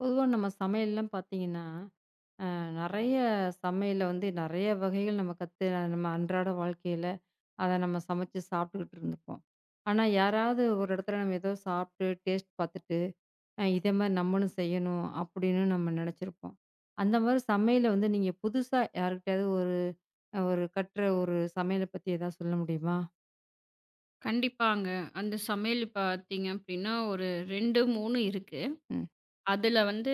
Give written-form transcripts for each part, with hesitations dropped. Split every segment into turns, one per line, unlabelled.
பொதுவா நம்ம சமையல்லாம் பார்த்தீங்கன்னா, நெறைய சமையல்ல வந்து நெறைய வகைகள் நம்ம கத்து நம்ம அன்றாட வாழ்க்கையில அத நம்ம சமைச்சு சாப்பிட்டுக்கிட்டு இருந்துப்போம். ஆனா, யாராவது ஒரு இடத்துல நம்ம ஏதோ சாப்பிட்டு டேஸ்ட் பார்த்துட்டு, இதே மாரி நம்மளும் செய்யணும் அப்படின்னு நம்ம நெனச்சிருப்போம். அந்த மாரி சமையல வந்து நீங்க புதுசா யாருக்கிட்டயாவது ஒரு ஒரு கற்ற ஒரு சமையல பத்தி ஏதாவது சொல்ல முடியுமா?
கண்டிப்பாங்க. அந்த சமையல் பார்த்தீங்க அப்டின்னா, ஒரு 2, 3 இருக்கு.
ம்.
அதுல வந்து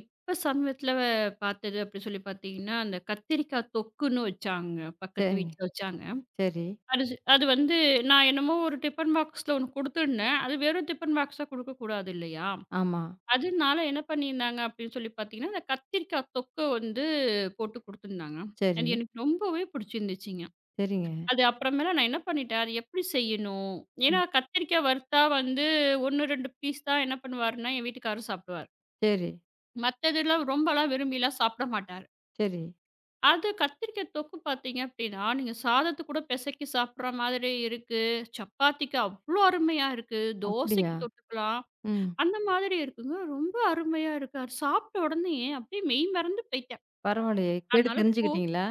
இப்ப சமீபத்துல பார்த்தது அப்டி சொல்லி பார்த்தீங்கன்னா, அந்த கத்திரிக்காய் தொக்குன்னு வச்சாங்க. பக்கத்து
சரிங்க.
வீட்ல வச்சாங்க.
சரி.
அது அது வந்து நான் என்னமோ ஒரு டிஃபன் பாக்ஸ்ல ஒண்ணு குடுத்துருந்தேன். அது வெறும் டிஃபன் பாக்ஸா குடுக்கக்கூடாது இல்லையா?
ஆமா.
அதனால என்ன பண்ணியிருந்தாங்க அப்டின்னு சொல்லி பார்த்தீங்கன்னா, அந்த கத்திரிக்காய் தொக்க வந்து போட்டு குடுத்துருந்தாங்க. அது
சரி.
எனக்கு ரொம்பவே பிடிச்சிருந்துச்சுங்க.
சரிங்க.
அது அப்புறமேல நான் என்ன பண்ணிட்டேன், அது எப்படி செய்யணும்? ஏன்னா
ம்.
கத்திரிக்காய் வறுத்தா வந்து 1, 2 பீஸ் தான் என்ன பண்ணுவாருன்னா, என் வீட்டுக்காரரு சாப்பிடுவாரு.
சரி,
மத்ததெல்லாம் ரொம்பலாம் விரும்பிலாம் சாப்பிட மாட்டாரு.
சரி.
அது கத்திரிக்காய் தொக்கு பார்த்தீங்க அப்படின்னா, நீங்க சாதத்துக்கு கூட பெசைக்கி சாப்பிடுற மாதிரி இருக்கு. சப்பாத்திக்கு அவ்ளோ அருமையா இருக்கு.
அப்படியா?
தோசைக்கு தொட்டுக்கலாம்.
ம்.
அந்த மாதிரி இருக்குங்க. ரொம்ப அருமையா இருக்கு. அது சாப்பிட்ட உடனேயே அப்படியே மெய் மறந்து போயிட்டேன்.
பரவாயில்லையே! கேட்டு
அதனால
தெரிஞ்சுக்கிட்டீங்களா?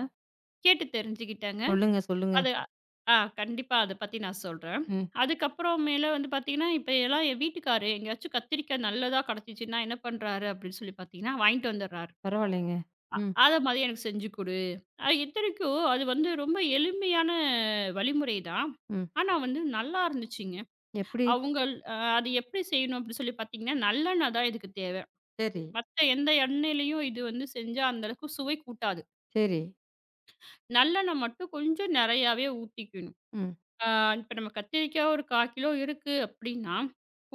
கேட்டு தெரிஞ்சுக்கிட்டேங்க.
சொல்லுங்க, சொல்லுங்க.
அது அ- ஆ கண்டிப்பா அத பத்தி நான் சொல்றேன்.
ம்.
அதுக்கப்புறம் மேல வந்து பார்த்தீங்கன்னா, இப்ப எல்லாம் என் வீட்டுக்காரு எங்கேயாச்சும் கத்திரிக்காய் நல்லதா கிடைச்சிச்சுன்னா என்ன பண்றாரு அப்படின்னு சொல்லி பார்த்தீங்கன்னா, வாங்கிட்டு வந்துடுறாரு.
பரவாயில்லைங்க. ம்,
அத மாதிரி எனக்கு செஞ்சு குடு. இத்தனைக்கும் அது வந்து ரொம்ப எளிமையான வழிமுறை தான்.
ம்.
ஆனா வந்து நல்லா இருந்துச்சுங்க.
எப்படி?
அவங்கள் அது எப்படி செய்யணும் அப்படின்னு சொல்லி பார்த்தீங்கன்னா, நல்லெண்ணெய் தான் இதுக்கு தேவை.
சரி,
மத்த எந்த எண்ணெயிலயும் இது வந்து செஞ்சா அந்த அளவுக்கு சுவை கூட்டாது.
சரி.
நல்லெண்ணெய் மட்டும் கொஞ்சம் நெறையாவே ஊத்திக்கணும்.
ம்.
ஆ இப்ப நம்ம கத்திரிக்காய் ஒரு 1/4 கிலோ இருக்கு அப்படின்னா,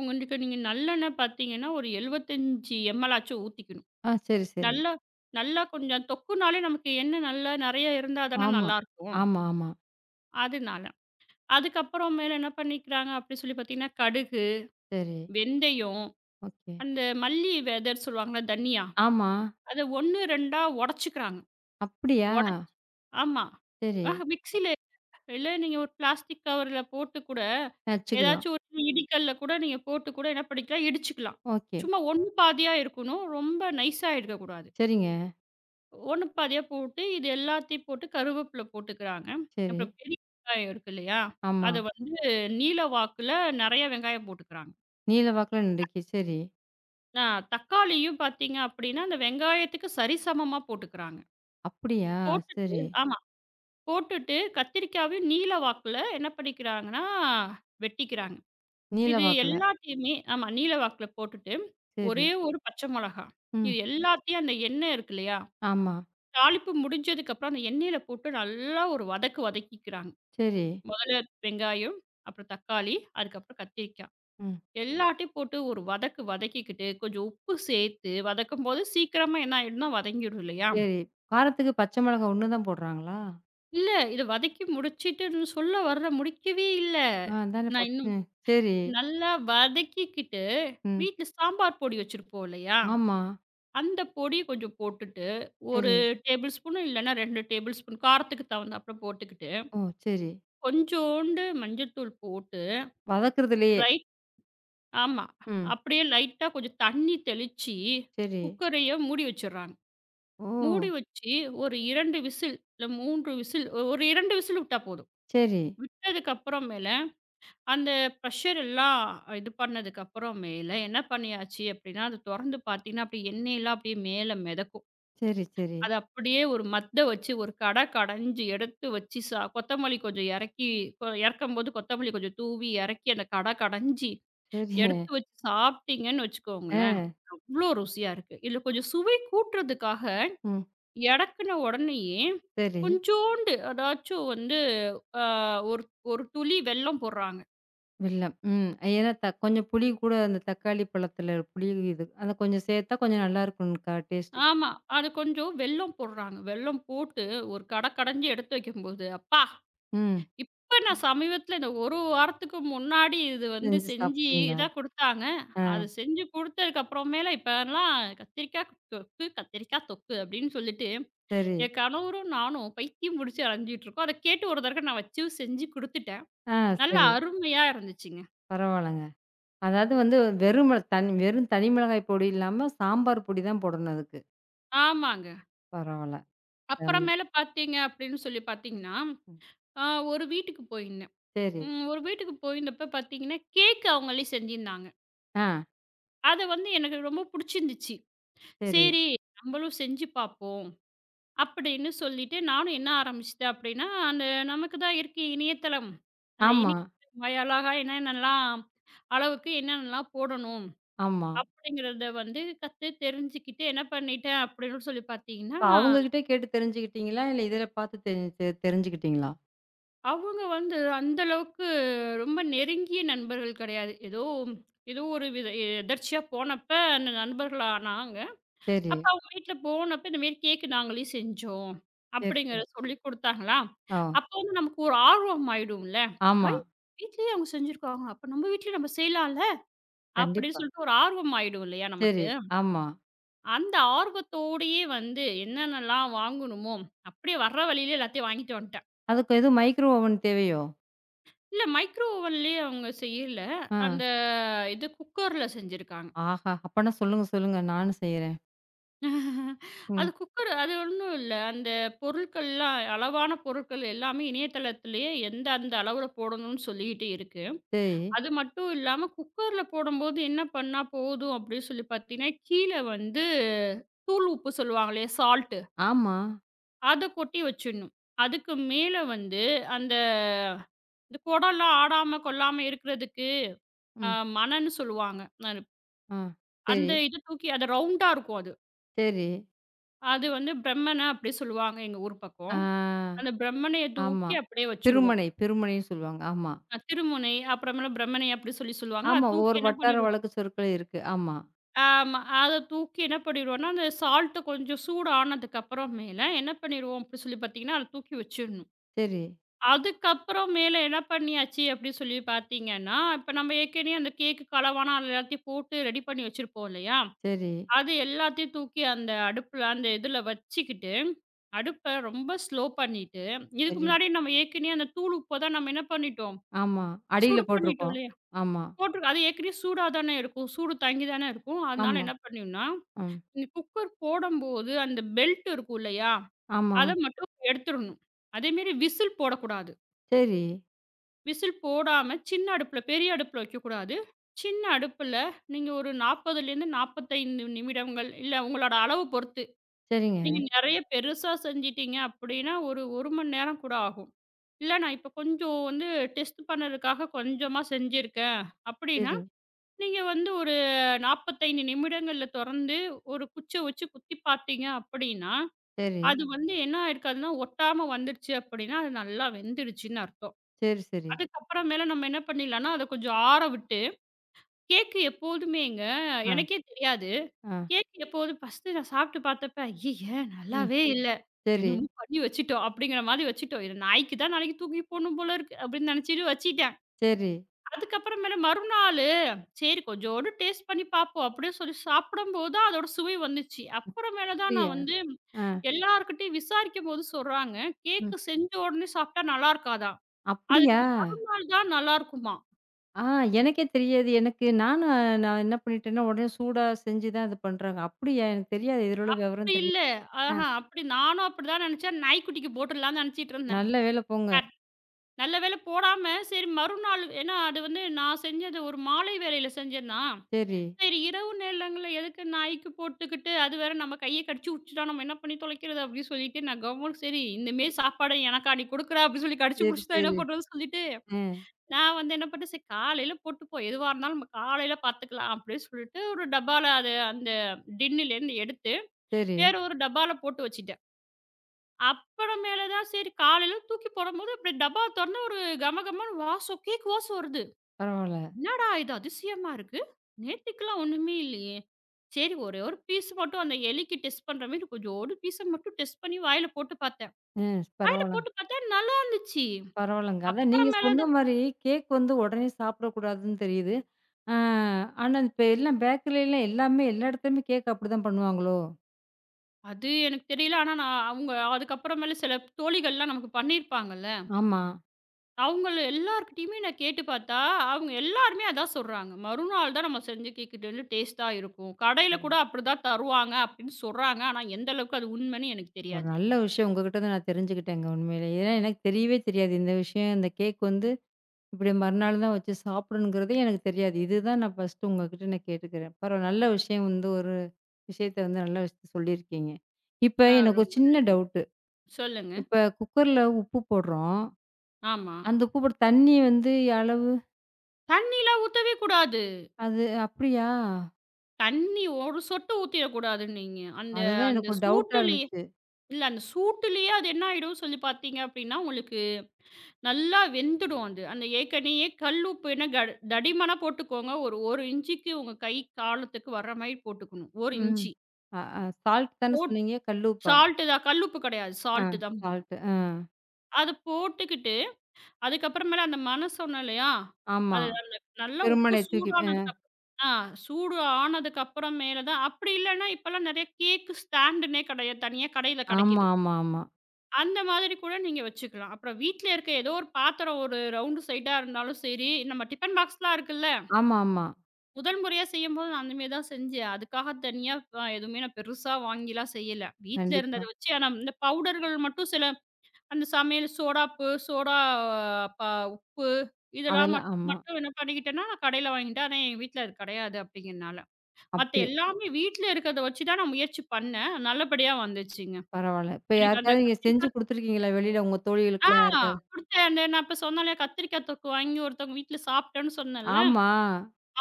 உங்களுக்கு நீங்க நல்லெண்ணெய் பார்த்தீங்கன்னா, ஒரு 75 எம்.எல் ஆச்சும் ஊத்திக்கணும்.
ஆ சரி, சரி.
நல்லா நல்லா கொஞ்சம் தொக்குனாலே நமக்கு எண்ணெய் நல்லா நெறைய இருந்தா தானே
ஆமா.
நல்லாயிருக்கும்.
ஆமா, ஆமா.
அதனால. அதுக்கப்புறம் மேல என்ன பண்ணிக்கிறாங்க அப்படின்னு சொல்லி பார்த்தீங்கன்னா, கடுகு,
சரி.
வெந்தயம்,
ஓகே.
அந்த மல்லி வெதன்னு சொல்லுவாங்கல்ல, தனியா.
ஆமா.
அத 1, 2ஆ உடைச்சுக்கிறாங்க.
அப்படியா?
உடைச் ஆமா.
சரி.
மிக்ஸில இல்ல நீங்க ஒரு பிளாஸ்டிக் கவர்ல போட்டு கூட,
வச்சுக்கலாம்.
ஏதாச்சும் ஒரு இடிகல்ல கூட நீங்க போட்டு கூட என்ன பண்ணிக்கலாம், இடிச்சுக்கலாம்.
ஓகே.
சும்மா ஒண்ணு பாதியா இருக்கணும். ரொம்ப நைஸா இருக்கக்கூடாது.
சரிங்க.
ஒண்ணு பாதியா போட்டு, இது எல்லாத்தையும் போட்டு கருவேப்பில போட்டுக்கிறாங்க.
சரி.
அப்புறம் பெரிய வெங்காயம் இருக்கு இல்லையா?
ஆமா.
அத வந்து நீல வாக்குல நெறைய வெங்காயம் போட்டுக்கிறாங்க.
நீல வாக்குல நெடுக்கி. சரி.
ஆ தக்காளியும் பார்த்தீங்க அப்படின்னா, அந்த வெங்காயத்துக்கு சரிசமமா போட்டுக்கிறாங்க.
அப்படியா?
போட்டுட்டு
சரி.
ஆமா. போட்டுட்டு கத்திரிக்காவையும் நீல வாக்குல என்ன பண்ணிக்கிறாங்கன்னா, வெட்டிக்கிறாங்க.
நீல
இது
வாக்குல.
எல்லாத்தையுமே ஆமா, நீல வாக்குல போட்டுட்டு,
சரி.
ஒரே ஒரு பச்சை மொளகா.
ம்.
இது எல்லாத்தையும் அந்த எண்ணெய் இருக்கு இல்லையா?
ஆமா.
தாளிப்பு முடிஞ்சதுக்கப்புறம் அந்த எண்ணெயில போட்டு நல்லா ஒரு வதக்கு வதக்கிக்கிறாங்க.
சரி.
மொதல்ல வெங்காயம், அப்புறம் தக்காளி, அதுக்கப்புறம் கத்திரிக்காய்.
ம்.
எல்லாத்தையும் போட்டு ஒரு வதக்கு வதக்கிக்கிட்டு, கொஞ்சம் உப்பு சேர்த்து வதக்கும்போது சீக்கிரமா என்ன ஆயிடும்னா வதங்கிடும் இல்லையா?
சரி. காரத்துக்கு பச்சை மிளகாய் 1 தான் போடுறாங்களா?
இல்ல இத வதக்கி முடிச்சுட்டு சொல்ல வர்றேன் முடிக்கவே இல்ல.
ஆ அதானே
நான் இன்னும்
சரி.
நல்லா வதக்கிக்கிட்டு,
ம்.
வீட்ல சாம்பார் பொடி வச்சிருப்போம் இல்லையா?
ஆமா.
அந்த பொடி கொஞ்சம் போட்டுட்டு, ஒரு
சரி.
டேபிள் ஸ்பூன் இல்லன்னா 2 டேபிள் ஸ்பூன் காரத்துக்கு தகுந்தாப்புல போட்டுக்கிட்டு,
ஓ! சரி.
கொஞ்சோண்டு மஞ்சத்தூள் போட்டு,
வதக்குறதுலயே.
ரைட் ஆமா.
ம்.
அப்படியே லைட்டா கொஞ்சம் தண்ணி தெளிச்சு,
சரி.
குக்கரையே மூடி வச்சுர்றாங்க.
ஓ!
மூடி வச்சு ஒரு 2 விசில், இல்ல 3 விசில் ஒரு 2 விசில் விட்டா போதும்.
சரி.
விட்டதுக்கு அப்புறமேல, அந்த ப்ரெஷர் எல்லாம் இது பண்ணதுக்கு அப்புறமேல என்ன பண்ணியாச்சு அப்படின்னா, அது தொறந்து பார்த்தீங்கன்னா, அப்படியே எண்ணெயெல்லாம் அப்படியே மேல மிதக்கும்.
சரி, சரி.
அத அப்படியே ஒரு மத்த வச்சு, ஒரு கட கடஞ்சு எடுத்து வச்சு கொத்தமல்லி கொஞ்சம் இறக்கி இறக்கும்போது கொத்தமல்லி கொஞ்சம் தூவி இறக்கி அந்த கட கடஞ்சு
சரிங்க.
எடுத்து வச்சு சாப்பிட்டீங்கன்னு
ஆ.
வச்சுக்கோங்களேன், அவ்ளோ ருசியா இருக்கு. இதுல கொஞ்சம் சுவை கூட்டுறதுக்காக
ம்.
இறக்குன உடனேயே
சரி.
கொஞ்சோண்டு அதாச்சும் வந்து அ ஒரு ஒரு துளி வெல்லம் போடுறாங்க.
வெல்லம். ம். ஏன்னா கொஞ்சம் புளி கூட அந்த தக்காளி பழத்துல புளி இது அத கொஞ்சம் சேர்த்தா கொஞ்சம் நல்லாயிருக்கும்க்கா டேஸ்ட்டுக்கு.
ஆமா. அது கொஞ்சம் வெல்லம் போடுறாங்க. வெல்லம் போட்டு ஒரு கட கடஞ்சு எடுத்து வைக்கும்போது, அப்பா!
ம்.
இப்ப நான் சமீபத்தில இந்த ஒரு வாரத்துக்கு முன்னாடி இது வந்து
செஞ்சு
செஞ்சு
சாப்பிட்டீங்களா?
இதா குடுத்தாங்க. அது
ஆ.
செஞ்சு குடுத்ததுக்கு அப்புறமேல இப்பலாம் கத்திரிக்காய் தொக்கு, கத்திரிக்காய் தொக்கு அப்படின்னு சொல்லிட்டு,
சரி.
என் கணவரும் நானும் பைத்தியம் பிடிச்சு அலைஞ்சுட்டு இருக்கோம். அத கேட்டு ஒரு தடக்க நான் வச்சு செஞ்சு குடுத்துட்டேன்.
ஆ
நல்லா
சரி.
அருமையா இருந்துச்சுங்க.
பரவால்லங்க. அதாவது வந்து வெறும் தனி மிளகாய் பொடி இல்லாம சாம்பார் பொடி தான் போடணும் அதுக்கு.
ஆமாங்க.
பரவால்ல. ஆமா.
அப்புறமேல பார்த்தீங்க அப்படின்னு சொல்லி பார்த்தீங்கன்னா,
ம்.
அ ஒரு வீட்டுக்கு போயிருந்தேன்.
சரி.
ஒரு வீட்டுக்கு போயிருந்தப்ப பார்த்தீங்கன்னா, கேக் அவங்களே செஞ்சிருந்தாங்க.
ஆ.
அது வந்து எனக்கு ரொம்ப புடிச்சிருந்துச்சு.
சரி.
சரி, நம்பளும் செஞ்சு பார்ப்போம். அப்படின்னு சொல்லிட்டு நானும் என்ன ஆரம்பிச்சுட்டேன் அப்படின்னா, அந்த நமக்கு தான் இருக்கு இணையதளம். அந்த
ஆமா.
இணையதளம் வாயிலாக என்னென்னலாம் அளவுக்கு என்னென்னலாம் போடணும்
ஆமா.
அப்படிங்கிறத வந்து கத்து தெரிஞ்சுக்கிட்டு என்ன பண்ணிட்டேன் அப்படின்னு சொல்லி பார்த்தீங்கன்னா,
இப்ப அவங்க கிட்ட கேட்டு தெரிஞ்சுக்கிட்டீங்களா? இல்ல இதில பார்த்து தெரிஞ்சுக்கிட்டீங்களா?
அவங்க வந்து அந்த அளவுக்கு ரொம்ப நெருங்கிய நண்பர்கள் கிடையாது. ஏதோ ஏதோ ஒரு வித எதர்ச்சியா போனப்ப அந்த நண்பர்கள் ஆனாங்க.
சரி,
அப்ப அவங்க வீட்ல போனப்ப இந்த மாரி கேக் நாங்களே செஞ்சோம்.
சரி, சரி.
அப்படிங்கிறத சொல்லிக் குடுத்தாங்களா,
ஓ!
அப்போ வந்து நமக்கு ஒரு ஆர்வம் ஆயிடும்ல.
ஆமா.
ஹய்! வீட்லயே அவங்க செஞ்சிருக்காங்க. அப்ப நம்ம வீட்லயும் நம்ம செய்யலாம்ல. அப்படின்னு
கண்டிப்பா.
சொல்லிட்டு ஒரு ஆர்வம் ஆயிடும் இல்லையா நமக்கு.
சரி. ஆமா.
அந்த ஆர்வத்தோடயே வந்து என்னென்னலாம் வாங்கணுமோ, அப்படியே வர்ற வழியில எல்லாத்தையும் வாங்கிட்டு வந்துட்டேன்.
அதுக்கு எதுவும் மைக்ரோ ஓவன் தேவையோ?
இல்ல மைக்ரோ ஓவன்லயே அவங்க செய்யல.
ஆ.
அந்த இது குக்கர்ல செஞ்சிருக்காங்க.
ஆஹா! அப்பன்னா சொல்லுங்க, சொல்லுங்க. நானும் செய்றேன். ம்.
அது குக்கர் அது ஒண்ணும் இல்ல. அந்த பொருட்கள்லாம் அளவான பொருட்கள் எல்லாமே இணையதளத்திலேயே அந்த அளவுல போடணும்னு சொல்லிக்கிட்டே இருக்கு.
சரி.
அது மட்டும் இல்லாம குக்கர்ல போடும்போது என்ன பண்ணா போதும் அப்படின்னு சொல்லி பார்த்தீங்கன்னா, கீழ வந்து தூள் உப்பு சொல்லுவாங்களே சால்ட்
ஆமா.
அத கொட்டி வச்சிடணும். அதுக்கு மேல வந்து அந்த இந்த குடம்லாம் ஆடாம கொள்ளாம இருக்கிறதுக்கு அ
ம்.
மணன்னு சொல்லுவாங்க.
ஆ. சரி,
அந்த இத தூக்கி அத ரவுண்டா இருக்கும் அது.
சரி.
அது வந்து பிரம்மன அப்படி சொல்லுவாங்க எங்க ஊர்
ஆ.
பக்கம். அந்த பிரம்மனைய
ஆமா.
தூக்கி அப்படியே வச்சுருவோம்.
திருமனை, திருமனைன்னு சொல்லுவாங்க. ஆமா.
திருமுனை, அப்புறமேல பிரம்மனை அப்படி சொல்லுவாங்க.
ஆமா.
அத
ஒரு
தூக்கி என்ன
வட்டார
பண்ணிடுவோம்
வழக்கு சொற்கள் இருக்கு. ஆமா.
ஆமா. அத தூக்கி என்ன பண்ணிடுவோம்னா, அந்த சால்ட் கொஞ்சம் சூடு ஆனதுக்கப்புறம் மேல என்ன பண்ணிடுவோம் அப்படி சொல்லி பார்த்தீங்கன்னா, அத தூக்கி வச்சிடணும்.
சரி,
அதுக்கப்புறம் மேல என்ன பண்ணியாச்சு அப்படி சொல்லி பார்த்தீங்கன்னா, இப்ப நம்ம ஏற்கனவே அந்த கேக்கு கலவான அது எல்லாத்தையும் போட்டு ரெடி பண்ணி வச்சிருப்போம் இல்லையா?
சரி,
அது எல்லாத்தையும் தூக்கி அந்த அடுப்புல அந்த இதுல வச்சுக்கிட்டு, அடுப்ப ரொம்ப ஸ்லோ பண்ணிட்டு, இதுக்கு
சரி.
முன்னாடி நம்ம ஏற்கனவே அந்த தூள் உப்ப தான் நம்ம என்ன பண்ணிட்டோம்?
ஆமா. அடியில
சூடு பண்ணிட்டோம்
போட்டிருக்கோம்.
இல்லையா?
ஆமா,
போட்டு அது ஏற்கனவே சூடா தானே இருக்கும். சூடு தாங்கி தானே இருக்கும். அதனால
ஆமா.
என்ன பண்ணினோம்னா,
ம்.
இந்த குக்கர் போடம்போது அந்த பெல்ட் இருக்கும் இல்லையா?
ஆமா.
அத மட்டும் எடுத்துறணும். அதேமாரி விசில் போடக்கூடாது.
சரி.
விசில் போடாம சின்ன அடுப்புல பெரிய அடுப்புல வைக்கக்கூடாது. சின்ன அடுப்புல நீங்க ஒரு 40லேருந்து 45 நிமிடங்கள் இல்ல உங்களோட அளவு பொறுத்து. நீங்க
சரிங்க.
நெறைய பெருசா செஞ்சிட்டீங்க அப்டின்னா, ஒரு 1 மணி நேரம் கூட ஆகும். இல்ல நான் இப்ப கொஞ்சம் வந்து டெஸ்ட் பண்ணதுக்காக கொஞ்சமா செஞ்சிருக்கேன் அப்டின்னா
சரி,
நீங்க வந்து ஒரு 45 நிமிடங்கள்ல தொறந்து, ஒரு குச்ச வச்சு குத்தி பார்த்தீங்க அப்படின்னா,
சரி,
அது வந்து என்ன ஆயிருக்காதுன்னா, ஒட்டாம வந்துருச்சு அப்படின்னா, அது நல்லா வெந்துருச்சுன்னு அர்த்தம்.
சரி, சரி.
அதுக்கப்புறம் மேல நம்ம என்ன பண்ணிடலாம்னா, அத கொஞ்சம் ஆற விட்டு, கேக்கு எப்போதுமேங்க
ஆ,
எனக்கே தெரியாது.
ஆ.
கேக் எப்போதும் ஃபர்ஸ்ட்டு நான் சாப்பிட்டு பார்த்தப்ப, "ஐய்யய!
ம்.
நல்லாவே இல்ல.
சரி,
என்னமோ பண்ணி வச்சுட்டோம்." அப்படிங்கிற மாரி வச்சுட்டோம். "இது நாய்க்கு தான் நாளைக்கு தூக்கி போடணும் போல இருக்கு." அப்படின்னு நினைச்சுட்டு வச்சுட்டேன்.
சரி.
அதுக்கப்புறமேல மறுநாளு, சரி கொஞ்சோண்டு டேஸ்ட் பண்ணி பார்ப்போம். அப்படின்னு சொல்லி சாப்பிடும்போது தான் அதோட சுவை வந்துச்சு. அப்புறமேல தான்
அப்படியா?
நான் வந்து
ஆ.
எல்லார்கிட்டயும் விசாரிக்கும்போது சொல்றாங்க,
ம்.
கேக்கு செஞ்ச உடனே சாப்பிட்டா நல்லா இருக்காதாம். அதுக்கு
அப்படியா?
முன்னாள் தான் நல்லா இருக்குமாம்.
ஆ எனக்கே தெரியாது. எனக்கு நானும் நான் என்ன பண்ணிட்டேன்னா, உடனே சூடா செஞ்சு தான் இது பண்றாங்க. அப்படியா? எனக்கு தெரியாது. இதுல உள்ள
அப்படி
விவரம் தெரியாது.
இல்ல.
ஆ.
ஆஹா அப்படி நானும் அப்படிதான் நினைச்சேன். நாய்க்குட்டிக்கு போட்டுடலாம்ன்னு நினைச்சிட்டு இருந்தேன்.
நல்ல வேளை போங்க.
அ நல்ல வேளை போடாம சரி மறுநாள் ஏன்னா அது வந்து நான் செஞ்சது ஒரு மாலை வேளையில செஞ்சேன்னா
சரி,
சரி, இரவு நேரங்கள்ல எதுக்கு நாய்க்கு போட்டுக்கிட்டு, அது வேற நம்ம கைய கடிச்சு உட்டுச்சுனா, நம்ம என்ன பண்ணி தொலைக்கிறது? அப்டின்னு சொல்லிட்டு, நான் கம்முனு சரி இந்தமாரி சாப்பாட எனக்கா நீ குடுக்குற அப்டின்னு சொல்லி கடிச்சு
சரி,
புடிச்சுட்டா என்ன
சரி.
பண்றதுன்னு சொல்லிட்டு,
ஆ.
நான் வந்து என்ன பண்ணிட்டேன், சரி காலையில போட்டுப்போ! எதுவா இருந்தாலும் நம்ம காலையில பார்த்துக்கலாம். அப்டின்னு சொல்லிட்டு, ஒரு டப்பால அது அந்த டின்னுலேருந்து எடுத்து,
சரி.
வேற ஒரு டப்பால போட்டு வச்சுட்டேன். அப்புறம் மேல தான் சரி காலையில தூக்கி போடும்போது, இப்டி டப்பாவ தொறந்து ஒரு கம கமன்னு வாசம் கேக் வாசம் வருது.
பரவால்ல.
என்னடா இது அதிசயமா இருக்கு! நேத்திக்குலாம் ஒண்ணுமே இல்லையே! சரி ஒரே ஒரு பீஸ் மட்டும் அந்த எலிக்கு டெஸ்ட் பண்ற மாரி கொஞ்சோண்டு பீஸ மட்டும் டெஸ்ட் பண்ணி வாயில போட்டு பார்த்தேன்.
ம். பரவால்ல.
நல்லா இருந்துச்சு.
பரவாயில்லங்க. அதான் நீங்க
அப்புறமேல
சொன்ன
தான்
மாரி கேக் வந்து உடனே சாப்பிடக்கூடாதுன்னு தெரியுது. ஆ ஆனா இப்ப எல்லாம் பேக்கரிலாம் எல்லாமே எல்லா இடத்துலயுமே கேக் அப்படிதான் பண்ணுவாங்களோ?
அது எனக்கு தெரியல. ஆனா நான் அவங்க அதுக்கப்புறமேல சில தோழிகள்லாம் நமக்கு பண்ணியிருப்பாங்கல்ல.
ஆமா.
அவங்கள எல்லார்கிட்டயுமே நான் கேட்டு பார்த்தா, அவங்க எல்லாருமே அதான் சொல்றாங்க. மறுநாள் தான் நம்ம செஞ்சு கேக்குட்டு வந்து டேஸ்ட்டா இருக்கும். கடையில
ம்.
கூட அப்படிதான் தருவாங்க அப்படின்னு சொல்றாங்க. ஆனா எந்த அளவுக்கு அது உண்மைன்னு எனக்கு
ஒரு
தெரியாது.
நல்ல விஷயம் உங்ககிட்ட இருந்து நான் தெரிஞ்சுக்கிட்டேங்க உண்மையிலே. ஏன்னா எனக்கு தெரியவே தெரியாது இந்த விஷயம். இந்த கேக் வந்து இப்படி மறுநாள் தான் வச்சு சாப்பிடணுங்கிறதே எனக்கு தெரியாது. இதுதான் நான் ஃபர்ஸ்ட்டு உங்ககிட்ட நான் கேட்டுக்கிறேன். பரவால்ல நல்ல விஷயம் வந்து ஒரு விஷயத்த வந்து நல்ல விஷயத்த சொல்லியிருக்கீங்க. இப்ப
ஆ
எனக்கு ஒரு
ரொம்ப
சின்ன
நன்றி.
டவுட்டு.
சொல்லுங்க.
இப்ப குக்கர்ல உப்பு போடுறோம்.
ஆமா.
அந்த உப்பு போட்டு தண்ணி வந்து அளவு
தண்ணிலாம் ஊத்தவே கூடாது.
அது அப்படியா?
தண்ணி ஒரு சொட்டு ஊத்திறக்கூடாதுன்னீங்க. அந்த
அதுதான்
அந்த
எனக்கு ஒரு டவுட்டா
சூட்டுலயே
இருந்துச்சு.
அது என்ன ஆயிடும் சொல்லி பார்த்தீங்க அப்டின்னா, உங்களுக்கு நல்லா வெந்துடும் அது. அந்த ஏற்கனயே கல் உப்பு என்ன க தடிமனா போட்டுக்கோங்க. ஒரு 1 இஞ்சுக்கு உங்க கை காலத்துக்கு வர்ற மாரி போட்டுக்கணும். 1
ம்.
இஞ்சி.
அ அ சால்ட் தானே
போட்
சொன்னீங்க? கல் உப்பா?
சால்ட்டு தான். கல் உப்பு கெடையாது.
ஆ
சால்ட்டு தான் போடணும்.
சால்ட். ஆ.
அத போட்டுக்கிட்டு அதுக்கப்புறமேல அந்த மணம் சொன்னேன் இல்லையா?
ஆமா.
அது நல்ல நல்லா உப்பு
வெறுமனே தூக்கி
சூடானதுக்கு அப்புறம் ஆ சூடு ஆனதுக்கு அப்புறம் மேல தான் அப்படி இல்லன்னா இப்பலாம் நெறைய கேக்கு ஸ்டாண்டுன்னே கிடையாது. தனியா கடையில
ஆமா,
கிடைக்குது.
ஆமா, ஆமா.
அந்த மாதிரி கூட நீங்க வச்சுக்கலாம். அப்புறம் வீட்ல இருக்க ஏதோ ஒரு பாத்திரம் ஒரு ரவுண்டு சைடா இருந்தாலும் சரி, நம்ம டிஃபன் பாக்ஸ்லாம் இருக்குல்ல,
ஆமா, ஆமா.
முதல் முறையா செய்யும்போது நான் அந்த மாரி தான் செஞ்சேன். அதுக்காக தனியா எதுவுமே நான் பெருசா வாங்கிலாம் செய்யல. வீட்ல
கண்டிப்பா.
இருந்தத வச்சு ஆனா இந்த பவுடர்கள் மட்டும் சில அந்த சமையல் சோடாப்பு, சோடா ப உப்பு இதெல்லாம்
அதெல்லாம் ஆமா.
மட்டும் என்ன பண்ணிக்கிட்டேன்னா, நான் கடையில வாங்கிட்டேன். ஆனா எங்க வீட்ல அது கிடையாது அப்படிங்கிறனால. மத்த
அப்படி.
எல்லாமே வீட்ல இருக்கிறத வச்சு தான் நான் முயற்சி பண்ணேன். நல்லபடியா வந்துச்சுங்க.
பரவால்ல. இப்ப
எனக்கு அந்த
யாருக்காவது நீங்க செஞ்சு
கத்திரிக்கா
குடுத்துருக்கீங்களா? வெளியில உங்க
ஆ
தோழிகளுக்குலாம் யாருக்காவது?
குடுத்தேன். அந்த நான் இப்ப சொன்னேன்ல கத்திரிக்காய் தொக்கு வாங்கி ஒருத்தவங்க வீட்ல சாப்பிட்டேன்னு சொன்னேன்ல,
ஆமா.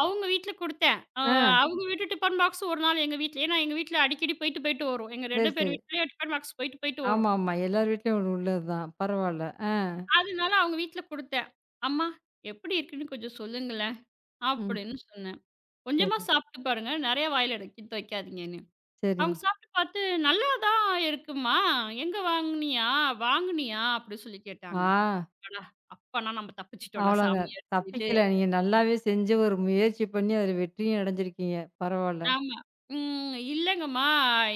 அவங்க வீட்ல குடுத்தேன்.
ஆ.
அவங்க வீட்டு டிஃபன் பாக்ஸ் ஒரு நாள் எங்க வீட்ல. ஏன்னா எங்க வீட்ல அடிக்கடி போயிட்டு, போயிட்டு வரும். எங்க
சரி,
2
சரி.
பேர் வீட்லயும் டிஃபன் பாக்ஸ் போயிட்டு, போயிட்டு வரும்.
ஆமாமா. எல்லார் வீட்லயும் ஒண்ணு உள்ளது தான். பரவால்ல. ஆ.
அதனால அவங்க வீட்ல குடுத்தேன். "அம்மா எப்படி இருக்குன்னு கொஞ்சம் சொல்லுங்களேன்."
ம்.
அப்படின்னு சொன்னேன். கொஞ்சமா
சரி.
சாப்பிட்டு பாருங்க. நெறைய வாயில எடுத்து வைக்காதீங்கன்னு.
சரிங்க.
அவங்க சாப்பிட்டு பார்த்து, "நல்லா தான் இருக்கும்மா. எங்க வாங்குனியா? வாங்குனியா?" அப்படி சொல்லி கேட்டாங்க.
ஆ.
அடா! அப்பன்னா நம்ம தப்பிச்சுட்டோம்டா
அவ்வளோங்க.
சாமியார் சொல்லிட்டு.
தப்பிக்கல. நீங்க நல்லாவே செஞ்சு ஒரு முயற்சி பண்ணி அதில வெற்றியும் அடைஞ்சிருக்கீங்க. பரவால்ல.
ஆமா. ம். இல்லங்கம்மா,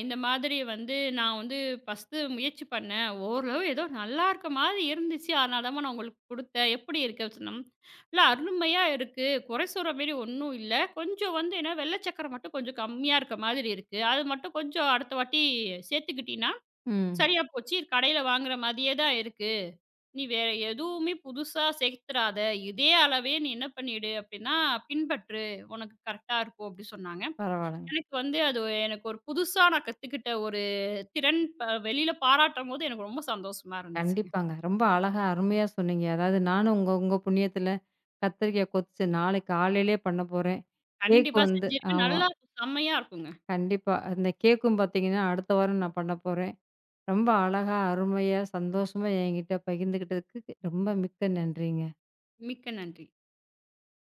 இந்த மாதிரி வந்து நான் வந்து ஃபர்ஸ்ட்டு முயற்சி பண்ணேன். ஓரளவு ஏதோ நல்லாருக்க மாதிரி இருந்துச்சு. அதனால தாம்மா நான் உங்களுக்கு குடுத்தேன். எப்படி இருக்கு? அப்படி சொன்னா, "இல்ல அருமையா இருக்கு. குறை சொல்ற மாரி ஒண்ணும் இல்ல. கொஞ்சம் வந்து என்ன வெள்ள சக்கர மட்டும் கொஞ்சம் கம்மியா இருக்க மாதிரி இருக்கு. அது மட்டும் கொஞ்சம் அடுத்த வாட்டி சேர்த்துக்கிட்டீன்னா,
ம்.
சரியா போச்சு. இது கடையில வாங்குற மாதிரியே தான் இருக்கு. நீ வேற எதுவுமே புதுசா சேர்த்துறாத. இதே அளவே நீ என்ன பண்ணிடு அப்படின்னா பின்பற்று. உனக்கு கரெக்ட்டா இருக்கும்." அப்படி சொன்னாங்க.
பரவால்லங்க.
எனக்கு ஒரு புதுசா நான் கத்துக்கிட்ட ஒரு திறன் வெளியில பாராட்டும்போது எனக்கு ரொம்ப சந்தோஷமா இருந்துச்சுங்க.
கண்டிப்பாங்க. ரொம்ப அழகா அருமையா சொன்னீங்க. அதாவது நானும் உங்க உங்க புண்ணியத்தில கத்திரிக்காய் கொத்துச்சு நாளைக்கு காலையிலேயே பண்ண போறேன். கேக்
கண்டிப்பா
வந்து
செஞ்சிருவேன்.
ஆமா.
நல்லா செம்மையா இருக்குங்க.
கண்டிப்பா. அந்த கேக்கும் பார்த்தீங்கன்னா, அடுத்த வாரம் நான் பண்ண போறேன். ரொம்ப அழகா, அருமையா, சந்தோஷமா என்கிட்ட பகிர்ந்துக்கிட்டதுக்கு ரொம்ப மிக்க நன்றிங்க.
மிக்க நன்றி.